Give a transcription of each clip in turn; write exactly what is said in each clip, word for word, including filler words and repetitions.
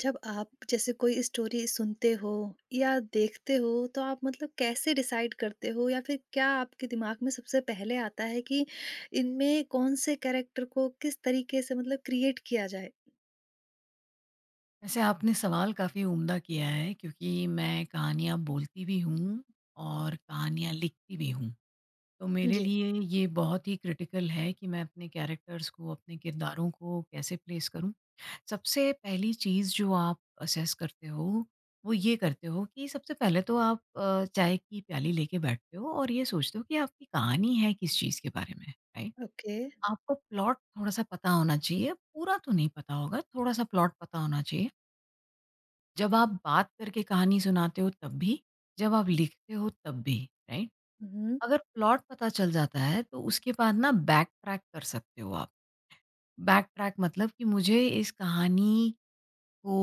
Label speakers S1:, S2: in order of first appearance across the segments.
S1: जब आप जैसे कोई स्टोरी सुनते हो या देखते हो तो आप मतलब कैसे डिसाइड करते हो या फिर क्या आपके दिमाग में सबसे पहले आता है कि इनमें कौन से कैरेक्टर को किस तरीके से मतलब क्रिएट किया जाए?
S2: वैसे आपने सवाल काफ़ी उम्दा किया है क्योंकि मैं कहानियाँ बोलती भी हूँ और कहानियाँ लिखती भी हूँ। तो मेरे
S1: जी।
S2: लिए ये बहुत ही क्रिटिकल है कि मैं अपने कैरेक्टर्स को, अपने किरदारों को कैसे प्लेस करूँ। सबसे पहली चीज़ जो आप असेस करते हो, वो ये करते हो कि सबसे पहले तो आप अ, चाय की प्याली लेके बैठते हो और ये सोचते हो कि आपकी कहानी है किस चीज़ के बारे में, राइट?
S1: ओके।
S2: आपको प्लॉट थोड़ा-सा पता होना चाहिए, पूरा तो नहीं पता होगा, थोड़ा-सा प्लॉट पता होना चाहिए। जब आप बात करके कहानी सुनाते हो तब भी, जब आप लिखते हो तब भी, राइट?
S1: हुँ।
S2: अगर प्लॉट पता चल जाता है तो उसके बाद ना बैक ट्रैक कर सकते हो आप। बैक ट्रैक मतलब कि मुझे इस कहानी को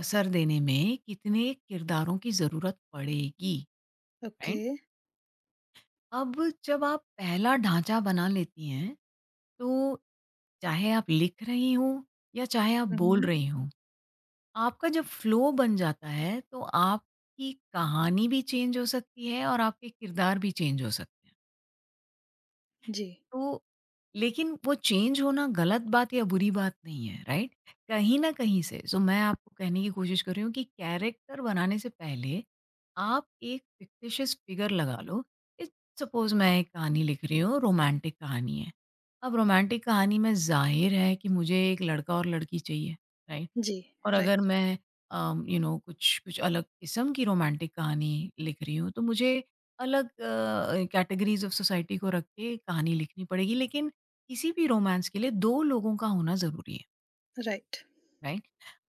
S2: असर देने में कितने किरदारों की ज़रूरत पड़ेगी,
S1: ओके।
S2: राइट? अब जब आप पहला ढाँचा बना लेती हैं, तो चाहे आप लिख रही हों या चाहे आप बोल
S1: हुँ।
S2: रही हों, आपका जब फ्लो बन जाता है तो आपकी कहानी भी चेंज हो सकती है और आपके किरदार भी चेंज हो सकते हैं।
S1: जी।
S2: तो लेकिन वो चेंज होना गलत बात या बुरी बात नहीं है, राइट? कहीं न कहीं से सो मैं आपको कहने की कोशिश कर रही हूँ कि कैरेक्टर बनाने से पहले आप एक फिक्टिशियस फिगर लगा लो। इस सपोज़ मैं एक कहानी लिख रही हूँ, रोमांटिक कहानी है। अब रोमांटिक कहानी में ज़ाहिर है कि मुझे एक लड़का और लड़की चाहिए, राइट?
S1: जी।
S2: और
S1: राइट।
S2: अगर मैं अम, यू नो कुछ कुछ अलग किस्म की रोमांटिक कहानी लिख रही हूँ, तो मुझे अलग अ, कैटेगरीज़ ऑफ सोसाइटी को रख के कहानी लिखनी पड़ेगी। लेकिन किसी भी रोमांस के लिए दो लोगों का होना ज़रूरी है,
S1: राइट।
S2: राइट?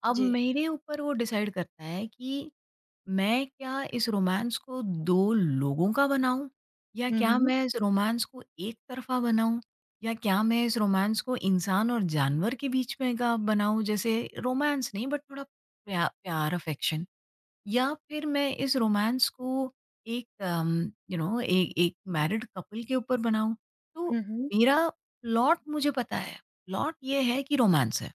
S2: अब
S1: जी।
S2: मेरे ऊपर वो डिसाइड करता है कि मैं क्या इस रोमांस को दो लोगों का बनाऊँ? या
S1: हुँ,
S2: क्या
S1: हुँ।
S2: मैं इस रोमांस को एक तरफ़ा बनाऊँ? या क्या मैं इस रोमांस को इंसान और जानवर के बीच में का बनाऊँ? जैसे रोमांस नहीं बट थोड़ा प्या प्यार अफ़ेक्शन। या फिर मैं इस रोमांस को एक अम, यू नो ए एक मैरिड कपल के ऊपर बनाऊँ। तो
S1: हुँ, हुँ।
S2: मेरा प्लॉट मुझे पता है, प्लॉट ये है कि रोमांस है।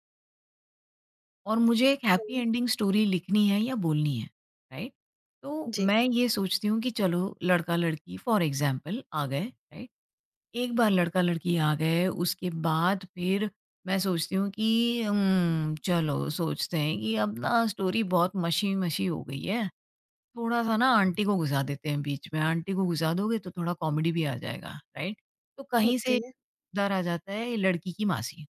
S2: और मुझे एक हैप्पी एंडिंग स्टोरी लिखनी है या बोलनी है, राइट? तो
S1: जी।
S2: मैं ये सोचती हूँ कि चलो लड़का-लड़की फॉर एग्ज़ाम्पल आ गए, राइट? एक बार लड़का-लड़की आ गए उसके बाद फिर मैं सोचती हूँ कि उम, चलो सोचते हैं कि अब ना स्टोरी बहुत मशी-मशी हो गई है, थोड़ा-सा ना आंटी को घुसा देते हैं बीच में, आंटी को घुसा दोगे तो थोड़ा कॉमेडी भी आ जाएगा, राइट? तो कहीं
S1: ओके।
S2: से डर आ जाता है लड़की की मासी,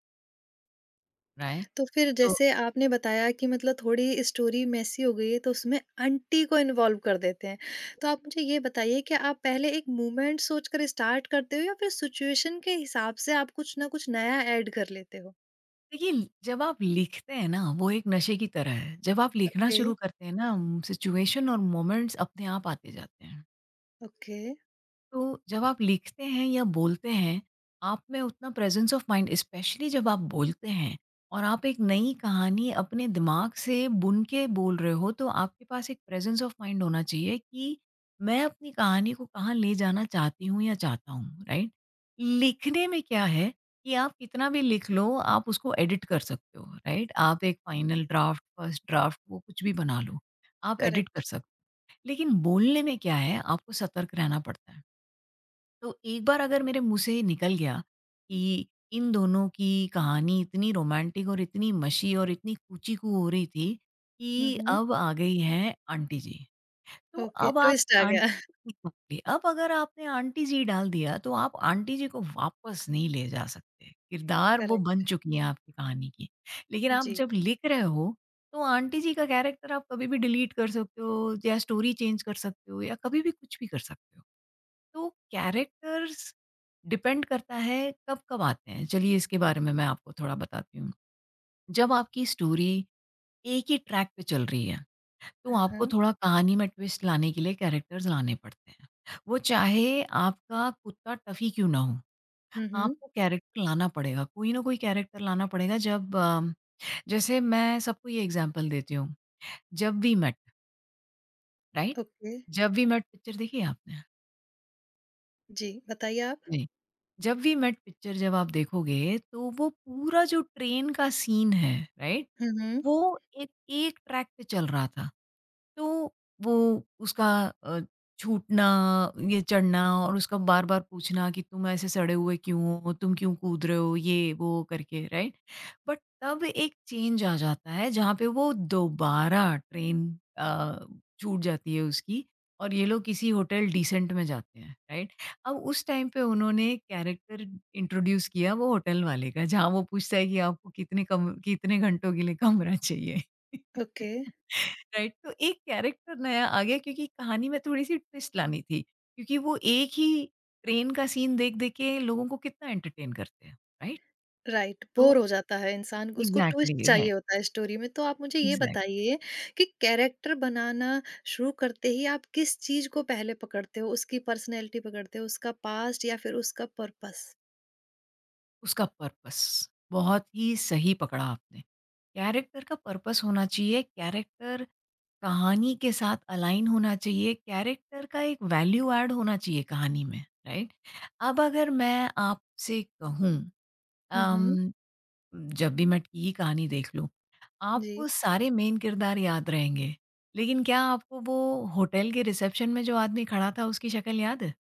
S2: राइट?
S1: तो फिर
S2: तो
S1: जैसे आपने बताया कि मतलब थोड़ी स्टोरी मेसी हो गई है तो उसमें आंटी को इन्वॉल्व कर देते हैं। तो आप मुझे ये बताइए कि आप पहले एक मूवमेंट सोचकर स्टार्ट करते हो या फिर सिचुएशन के हिसाब से आप कुछ ना कुछ नया ऐड कर लेते हो?
S2: देखिए, जब आप लिखते हैं ना, वो एक नशे की तरह है। जब आप लिखना
S1: ओके।
S2: शुरू करते हैं ना, सिचुएशन और मोमेंट्स अपने आप आते जाते हैं।
S1: ओके।
S2: तो जब आप लिखते हैं या बोलते हैं, आप में उतना प्रेज़ेंस ऑफ़ माइंड स्पेशली जब आप बोलते हैं और आप एक नई कहानी अपने दिमाग से बुन के बोल रहे हो, तो आपके पास एक प्रेज़ेंस ऑफ़ माइंड होना चाहिए कि मैं अपनी कहानी को कहाँ ले जाना चाहती हूँ या चाहता हूँ, राइट? लिखने में क्या है कि आप कितना भी लिख लो, आप उसको एडिट कर सकते हो, राइट? आप एक फ़ाइनल ड्राफ्ट, फर्स्ट ड्राफ्ट वो कुछ भी बना लो, आप एडिट कर
S1: करेक्ट।
S2: सकते हो। लेकिन बोलने में क्या है, आपको सतर्क रहना पड़ता है। तो एक बार अगर मेरे मुँह से निकल गया कि इन दोनों की कहानी इतनी रोमांटिक और इतनी मशी और इतनी कूची-कू हो रही थी
S1: हुँ,
S2: कि
S1: हुँ।
S2: अब आ गई हैं आंटी जी। तो
S1: ओके,
S2: अब
S1: ट्विस्ट
S2: आपने
S1: आ गया।
S2: आंटी जी- अब अगर आपने आंटी जी डाल दिया तो आप आंटी जी को वापस नहीं ले जा सकते। किरदार वो
S1: करेक्ट।
S2: बन चुकी हैं आपकी कहानी की। लेकिन आप
S1: जी।
S2: जब लिख रहे हो तो आंटी जी का कैरेक्टर आप कभी भी डिलीट कर सकते हो या स्टोरी चेंज कर सकते हो या कभी भी कुछ भी कर सकते हो। तो कैरेक्टर्स डिपेंड करता है कब-कब आते हैं। चलिए इसके बारे में मैं आपको थोड़ा बताती हूँ। जब आपकी स्टोरी एक ही ट्रैक पे चल रही है, तो
S1: हाँ,
S2: आपको
S1: हाँ।
S2: थोड़ा कहानी में ट्विस्ट लाने के लिए कैरेक्टर्स लाने पड़ते हैं। वो चाहे आपका कुत्ता टफ़ी क्यों ना हो,
S1: हुँ, हुँ।
S2: आपको कैरेक्टर लाना पड़ेगा, कोई ना कोई कैरेक्टर लाना पड़ेगा। जब अम, जैसे मैं सबको ये एग्ज़ाम्पल देती हूँ, Jab We Met, right?
S1: Okay.
S2: Jab We Met picture देखी है आपने?
S1: जी, बताइए आप?
S2: जब वी मेट पिक्चर जब आप देखोगे तो वो पूरा जो ट्रेन का सीन है, राइट,
S1: हुँ, हुँ।
S2: वो एक एक ट्रैक पे चल रहा था। तो वो उसका अ, छूटना, ये चढ़ना और उसका बार बार पूछना कि तुम ऐसे सड़े हुए क्यों हो, तुम क्यों कूद रहे हो, ये वो करके, राइट? बट तब एक चेंज आ जाता है जहाँ पे वो दोबारा ट्रेन अ, छूट जाती है उसकी और ये लोग किसी होटल डिसेंट में जाते हैं, राइट? अब उस टाइम पे उन्होंने कैरेक्टर इंट्रोड्यूस किया वो होटल वाले का, जहाँ वो पूछता है कि आपको कितने कम कितने घंटों के लिए कमरा चाहिए।
S1: ओके।
S2: राइट, तो एक कैरेक्टर नया आ गया, क्योंकि कहानी में थोड़ी सी ट्विस्ट लानी थी, क्योंकि वो एक ही ट्रेन का सीन देख देख के लोगों को कितना एंटरटेन करते हैं, राइट?
S1: राइट,
S2: तो
S1: बोर हो जाता है इंसान को, उसको ट्विस्ट
S2: एग्जैक्टली,
S1: चाहिए होता है स्टोरी में। तो आप मुझे ये
S2: राइट,
S1: बताइए कि कैरेक्टर बनाना शुरू करते ही आप किस चीज़ को पहले पकड़ते हो? उसकी पर्सनैलिटी पकड़ते हो, उसका पास्ट या फिर उसका पर्पस?
S2: उसका पर्पस। बहुत ही सही पकड़ा आपने। कैरेक्टर का पर्पस होना चाहिए, कैरेक्टर कहानी के साथ अलाइन होना चाहिए, कैरेक्टर का एक वैल्यू ऐड होना चाहिए कहानी में, राइट? अब अगर मैं आपसे कहूँ
S1: हुँ,
S2: अम,
S1: हुँ।
S2: जब भी मैं की ही कहानी देख लूँ,
S1: जी।
S2: आपको सारे मेन किरदार याद रहेंगे, लेकिन क्या आपको वो होटल के रिसेप्शन में जो आदमी खड़ा था उसकी शक्ल याद है?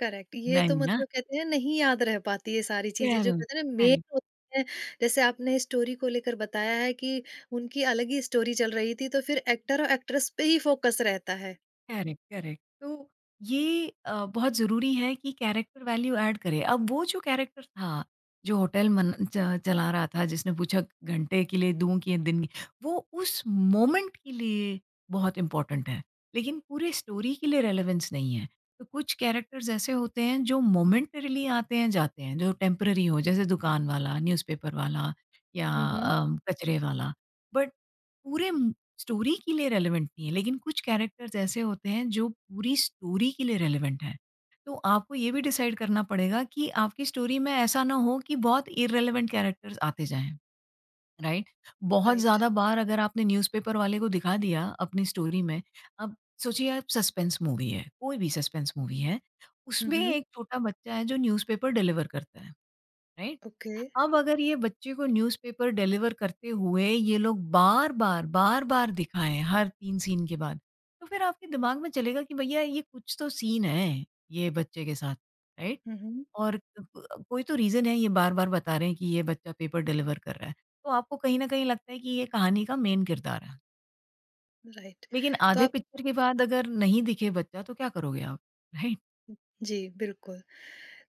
S1: करेक्ट। ये तो
S2: नहीं ना?
S1: मतलब कहते हैं नहीं याद रह पाती ये सारी चीज़ें जो
S2: करेक्ट,
S1: कहते हैं ना मेन
S2: करेक्ट।
S1: होती हैं। जैसे आपने स्टोरी को लेकर बताया है कि उनकी अलग ही स्टोरी चल रही थी, तो फिर एक्टर और एक्ट्रेस पे ही फ़ोकस रहता है।
S2: करेक्ट, करेक्ट, तो ये अ, बहुत ज़रूरी है कि कैरेक्टर वैल्यू ऐड करे। अब वो जो कैरेक्टर था, जो होटल मन च चला रहा था, जिसने पूछा घंटे के लिए दूँ कि दिन की, वो उस मोमेंट के लिए बहुत इम्पोर्टेंट है, लेकिन पूरे स्टोरी के लिए रेलेवेंस नहीं है। तो कुछ कैरेक्टर्स ऐसे होते हैं जो मोमेंटरीली आते हैं, जाते हैं, जो टेम्परेरी हो, जैसे दुकान वाला, न्यूज़पेपर वाला या
S1: हुँ, हुँ।
S2: अ, कचरे वाला। बट पूरे स्टोरी के लिए रेलेवेंट नहीं है, लेकिन कुछ कैरेक्टर्स ऐसे होते हैं जो पूरी स्टोरी के लिए रेलेवेंट हैं। तो आपको ये भी डिसाइड करना पड़ेगा कि आपकी स्टोरी में ऐसा ना हो कि बहुत इर्रेलेवेंट कैरेक्टर्स आते जाएँ, राइट? बहुत
S1: राइट।
S2: ज़्यादा बार अगर आपने न्यूज़पेपर वाले को दिखा दिया अपनी स्टोरी में, अब सोचिए आप, सस्पेंस मूवी है, कोई भी सस्पेंस मूवी है,
S1: हुँ,
S2: उसमें
S1: हुँ।
S2: एक छोटा बच्चा है जो न्यूज़पेपर डिलीवर करता है, राइट?
S1: ओके।
S2: अब अगर ये बच्चे को न्यूज़पेपर डिलीवर करते हुए ये लोग बार-बार, बार-बार दिखाएँ हर तीन सीन के बाद, तो फिर आपके दिमाग में चलेगा कि भैया ये कुछ तो सीन है, ये बच्चे के साथ, राइट?
S1: हुँ, हुँ।
S2: और क क कोई तो रीज़न है ये बार-बार बता रहे हैं कि ये बच्चा पेपर डिलीवर कर रहा है। तो आपको कहीं न कहीं लगता है कि ये कहानी का मेन किरदार है।
S1: राइट।
S2: लेकिन
S1: तो
S2: आधे
S1: आप
S2: पिक्चर के बाद अगर नहीं दिखे बच्चा तो क्या करोगे आप, राइट?
S1: जी, बिल्कुल।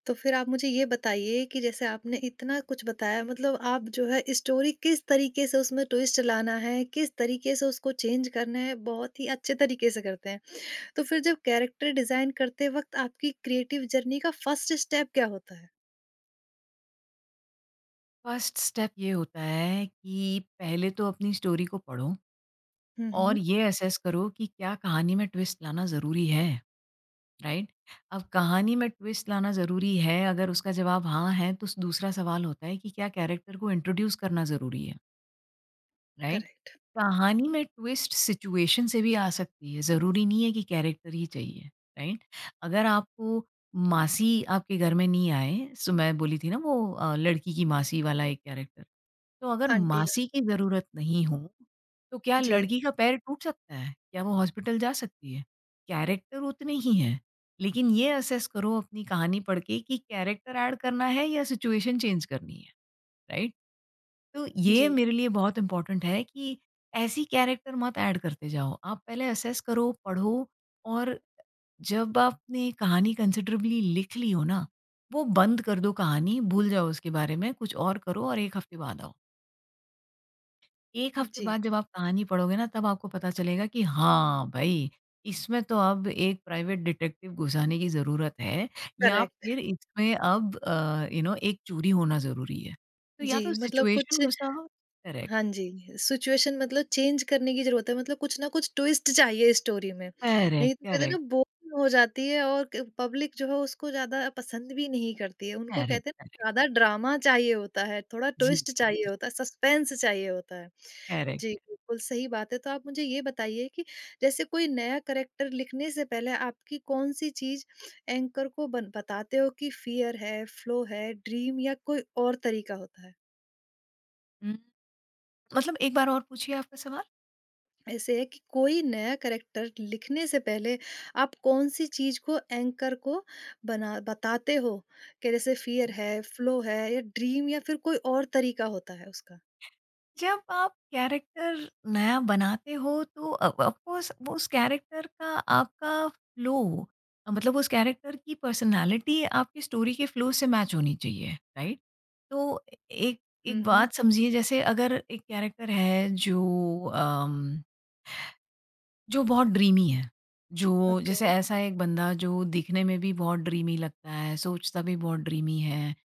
S1: तो फिर आप मुझे ये बताइए कि जैसे आपने इतना कुछ बताया मतलब आप जो है स्टोरी किस तरीके से उसमें ट्विस्ट लाना है, किस तरीके से उसको चेंज करना है, बहुत ही अच्छे तरीके से करते हैं। तो फिर जब कैरेक्टर डिज़ाइन करते वक़्त आपकी क्रिएटिव जर्नी का फर्स्ट स्टेप क्या होता है?
S2: फर्स्ट स्टेप ये होता है कि पहले तो अपनी स्टोरी को पढ़ो।
S1: हुँ, हुँ।
S2: और ये असेस करो कि क्या कहानी में ट्विस्ट लाना ज़रूरी है, राइट? अब कहानी में ट्विस्ट लाना ज़रूरी है, अगर उसका जवाब हाँ है, तो स दूसरा सवाल होता है कि क्या कैरेक्टर को इंट्रोड्यूस करना ज़रूरी है? राइट?
S1: करेक्ट।
S2: कहानी में ट्विस्ट सिचुएशन से भी आ सकती है, ज़रूरी नहीं है कि कैरेक्टर ही चाहिए, राइट? अगर आपको मासी आपके घर में नहीं आए, सो मैं बोली थी ना वो अ, लड़की की मासी वाला एक कैरेक्टर, तो अगर
S1: आंटी हर
S2: मासी की ज़रूरत नहीं हो, तो क्या
S1: जी।
S2: लड़की का पैर टूट सकता है? क्या वो हॉस्पिटल जा सकती है? कैरेक्टर उतने ही हैं, लेकिन ये असेस करो अपनी कहानी पढ़ के कि कैरेक्टर ऐड करना है या सिचुएशन चेंज करनी है, राइट? तो ये
S1: जी।
S2: मेरे लिए बहुत इंपॉर्टेंट है कि ऐसी कैरेक्टर मत ऐड करते जाओ, आप पहले असेस करो, पढ़ो। और जब आपने कहानी कंसिडरेबली लिख ली हो ना, वो बंद कर दो, कहानी भूल जाओ, उसके बारे में कुछ और करो और एक हफ्ते बाद आओ। एक हफ्ते
S1: जी।
S2: बाद जब आप कहानी पढ़ोगे ना तब आपको पता चलेगा कि हाँ भाई, इसमें तो अब एक प्राइवेट डिटेक्टिव घुसाने की ज़रूरत है या
S1: करेक्ट।
S2: फिर इसमें अब अ, यू नो एक चोरी होना ज़रूरी है। तो या
S1: जी,
S2: तो
S1: मतलब कुछ
S2: सिचुएशन घुसा हो, करेक्ट,
S1: हाँ जी, सिचुएशन मतलब चेंज करने की ज़रूरत है, मतलब कुछ ना कुछ ट्विस्ट चाहिए स्टोरी में,
S2: करेक्ट,
S1: नहीं तो कहते हैं ना
S2: करेक्ट,
S1: बोरिंग हो जाती है और क पब्लिक जो है उसको ज़्यादा पसंद भी नहीं करती है। उनको
S2: करेक्ट,
S1: कहते हैं
S2: करेक्ट।
S1: ज़्यादा ड्रामा चाहिए होता है, थोड़ा
S2: जी,
S1: ट्विस्ट चाहिए होता है, सस्पेंस चाहिए होता है। जी,
S2: करेक्ट।
S1: बिल्कुल सही बात है, तो आप मुझे ये बताइए कि जैसे कोई नया कैरेक्टर लिखने से पहले आपकी कौन-सी चीज़ एंकर को बन बताते हो कि फ़ियर है, फ़्लो है, ड्रीम या कोई और तरीका होता है?
S2: हुँ, मतलब एक बार और पूछिए आपका सवाल?
S1: ऐसे है कि कोई नया कैरेक्टर लिखने से पहले आप कौन-सी चीज़ को एंकर को बना बताते हो? कि जैसे फ़ियर है, फ़्लो है या ड्रीम या फिर कोई और तरीका होता है उसका?
S2: जब आप कैरेक्टर नया बनाते हो तो ऑफकोर्स वो उस कैरेक्टर का आपका फ्लो मतलब उस कैरेक्टर की पर्सनालिटी आपकी स्टोरी के फ्लो से मैच होनी चाहिए राइट। तो एक
S1: हुँ,
S2: एक
S1: हुँ।
S2: बात समझिए, जैसे अगर एक कैरेक्टर है जो जो बहुत ड्रीमी है। जो जैसे
S1: ओके।
S2: ऐसा एक बंदा जो दिखने में भी बहुत ड्रीमी लगता है, सोचता भी बहुत ड्रीमी है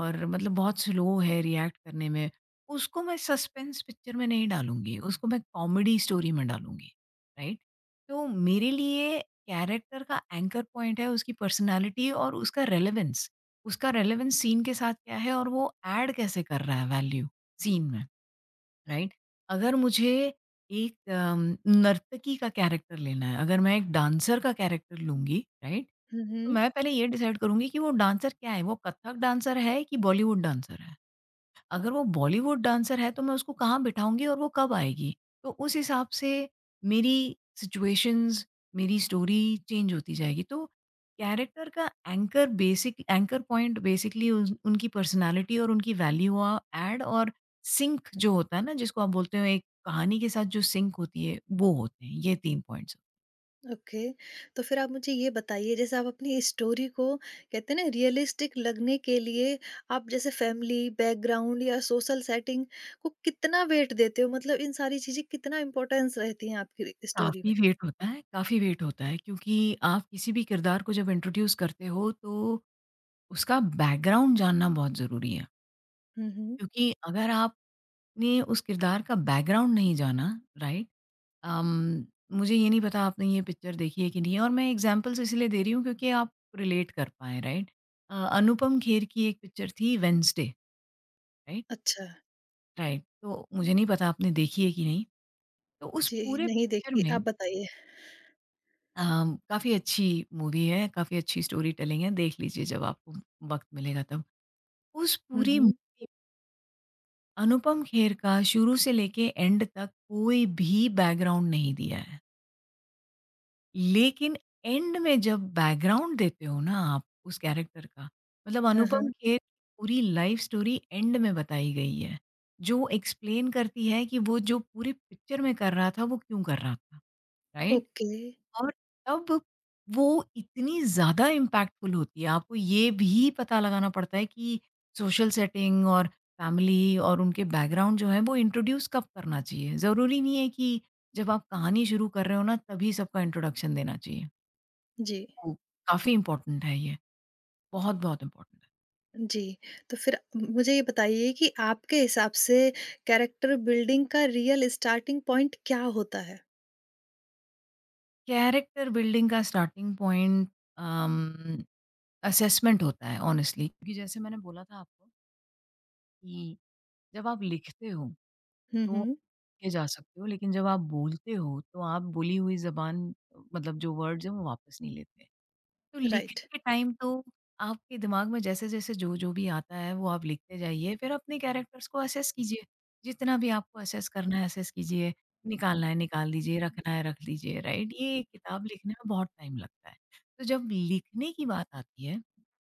S2: और मतलब बहुत स्लो है रिएक्ट करने में, उसको मैं सस्पेंस पिक्चर में नहीं डालूँगी, उसको मैं कॉमेडी स्टोरी में डालूँगी, राइट? तो मेरे लिए कैरेक्टर का एंकर पॉइंट है उसकी पर्सनैलिटी और उसका रेलेवेंस। उसका रेलेवेंस सीन के साथ क्या है और वो एड कैसे कर रहा है वैल्यू सीन में। राइट? अगर मुझे एक अम, नर्तकी का कैरेक्टर लेना है, अगर मैं एक डांसर का कैरेक्टर लूँगी, राइट?
S1: हुँ,
S2: तो
S1: हुँ।
S2: मैं पहले ये डिसाइड करूँगी कि वो डांसर क्या है? वो कथक डांसर है कि बॉलीवुड डांसर है? अगर वो बॉलीवुड डांसर है तो मैं उसको कहाँ बिठाऊँगी और वो कब आएगी? तो उस हिसाब से मेरी सिचुएशंस, मेरी स्टोरी चेंज होती जाएगी। तो कैरेक्टर का anchor basic anchor point basically उन उनकी पर्सनैलिटी और उनकी वैल्यू अ, ऐड और सिंक जो होता है ना जिसको आप बोलते हो एक कहानी के साथ जो सिंक होती है, वो होते हैं। ये तीन पॉइंट्स।
S1: ओके। तो फिर आप मुझे ये बताइए जैसे आप अपनी स्टोरी को कहते हैं ना रियलिस्टिक लगने के लिए आप जैसे फैमिली, बैकग्राउंड या सोशल सेटिंग को कितना वेट देते हो? मतलब इन सारी चीज़ें कितना इम्पोर्टेंस रहती हैं आपकी स्टोरी
S2: काफ़ी
S1: में?
S2: वेट होता है, काफ़ी वेट होता है क्योंकि आप किसी भी किरदार को जब इंट्रोड्यूस करते हो तो उसका बैकग्राउंड जानना बहुत ज़रूरी है।
S1: हुँ, हुँ।
S2: क्योंकि अगर आपने उस किरदार का बैकग्राउंड नहीं जाना, राइट? अम, मुझे ये नहीं पता आपने ये पिक्चर देखी है कि नहीं है और मैं एग्ज़ाम्पल्स इसलिए दे रही हूँ क्योंकि आप रिलेट कर पाएँ, राइट? अ, अनुपम खेर की एक पिक्चर थी वेडनेसडे, राइट?
S1: अच्छा।
S2: राइट, तो मुझे नहीं पता आपने देखी है कि नहीं? तो उस
S1: जी,
S2: पूरे
S1: नहीं
S2: पिक्चर
S1: देखी,
S2: में
S1: आप बताइए।
S2: अम, काफ़ी अच्छी मूवी है, काफ़ी अच्छी स्टोरी टेलिंग है, देख लीजिए जब आपको वक़्त मिलेगा तब। उस
S1: हुँ,
S2: पूरी
S1: हुँ।
S2: मूवी अनुपम खेर का शुरू से लेके एंड तक कोई भी बैकग्राउंड नहीं दिया है। लेकिन एंड में जब बैकग्राउंड देते हो ना आप उस कैरेक्टर का, मतलब
S1: हाँ,
S2: अनुपम
S1: हाँ।
S2: खेर की पूरी लाइफ स्टोरी एंड में बताई गई है। जो एक्सप्लेन करती है कि वो जो पूरी पिक्चर में कर रहा था, वो क्यों कर रहा था, राइट?
S1: ओके।
S2: और तब वो इतनी ज़्यादा इम्पैक्टफुल होती है। आपको ये भी पता लगाना पड़ता है कि सोशल सेटिंग और फैमिली और उनके बैकग्राउंड जो है वो इंट्रोड्यूस कब करना चाहिए। ज़रूरी नहीं है कि जब आप कहानी शुरू कर रहे हो ना तभी सबका इंट्रोडक्शन देना चाहिए।
S1: जी।
S2: हुँ। काफ़ी इम्पोर्टेंट है ये, बहुत-बहुत इम्पोर्टेंट है।
S1: जी। तो फिर म मुझे ये बताइए कि आपके हिसाब से कैरेक्टर बिल्डिंग का रियल स्टार्टिंग पॉइंट क्या होता है?
S2: कैरेक्टर बिल्डिंग का स्टार्टिंग पॉइंट अम, असेसमेंट होता है ऑनेस्टली, क्योंकि जैसे मैंने बोला था आपको कि जब आप लिखते हो
S1: हुँ,
S2: तो
S1: हुँ।
S2: के जा सकते हो, लेकिन जब आप बोलते हो, तो आप बोली हुई ज़बान मतलब जो वर्ड्स हैं, वो वापस नहीं लेते। तो लिखने
S1: राइट।
S2: के टाइम तो आपके दिमाग में जैसे-जैसे जो-जो भी आता है, वो आप लिखते जाइए। फिर अपने कैरेक्टर्स को असेस कीजिए। जितना भी आपको असेस करना है, असेस कीजिए। निकालना है, निकाल दीजिए, रखना है, रख लीजिए, राइट? ये किताब लिखने में बहुत टाइम लगता है। तो जब लिखने की बात आती है,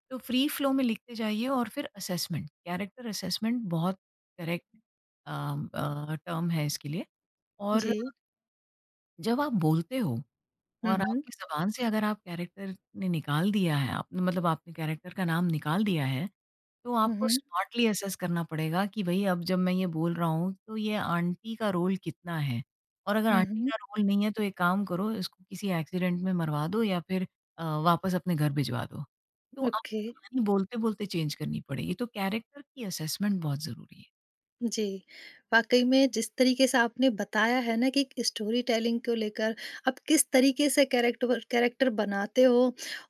S2: तो फ्री फ्लो में लिखते जाइए और फिर असेसमेंट, कैरेक्टर असेसमेंट बहुत करेक्ट टर्म है इसके लिए। और
S1: जी।
S2: जब आप बोलते हो
S1: हुँ,
S2: और
S1: हुँ।
S2: आपकी ज़बान से अगर आप कैरेक्टर ने निकाल दिया है, आपने मतलब आपने कैरेक्टर का नाम निकाल दिया है, तो
S1: हुँ,
S2: आपको
S1: हुँ।
S2: स्मार्टली असेस करना पड़ेगा कि भई अब जब मैं ये बोल रहा हूँ तो ये आंटी का रोल कितना है? और अगर
S1: हुँ,
S2: आंटी
S1: हुँ।
S2: का रोल नहीं है तो एक काम करो, इसको किसी एक्सीडेंट में मरवा दो या फिर अ, वापस अपने घर भिजवा दो। तो आप
S1: ओके।
S2: कहानी बोलते-बोलते चेंज करनी पड़ेगी। तो कैरेक्टर की असेसमेंट बहुत ज़रूरी है।
S1: जी। वाक़ई में जिस तरीके से आपने बताया है ना कि एक स्टोरी टेलिंग को लेकर आप किस तरीके से कैरेक्टर कैरेक्टर बनाते हो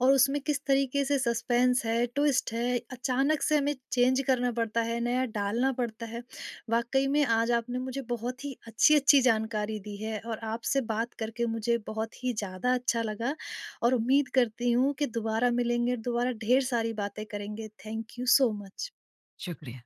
S1: और उसमें किस तरीके से सस्पेंस है, ट्विस्ट है, अचानक से हमें चेंज करना पड़ता है, नया डालना पड़ता है। वाक़ई में आज आपने मुझे बहुत ही अच्छी-अच्छी जानकारी दी है और आपसे बात करके मुझे बहुत ही ज़्यादा अच्छा लगा और उम्मीद करती हूँ कि दोबारा मिलेंगे, दोबारा ढेर सारी बातें करेंगे। Thank you so much.
S2: शुक्रिया।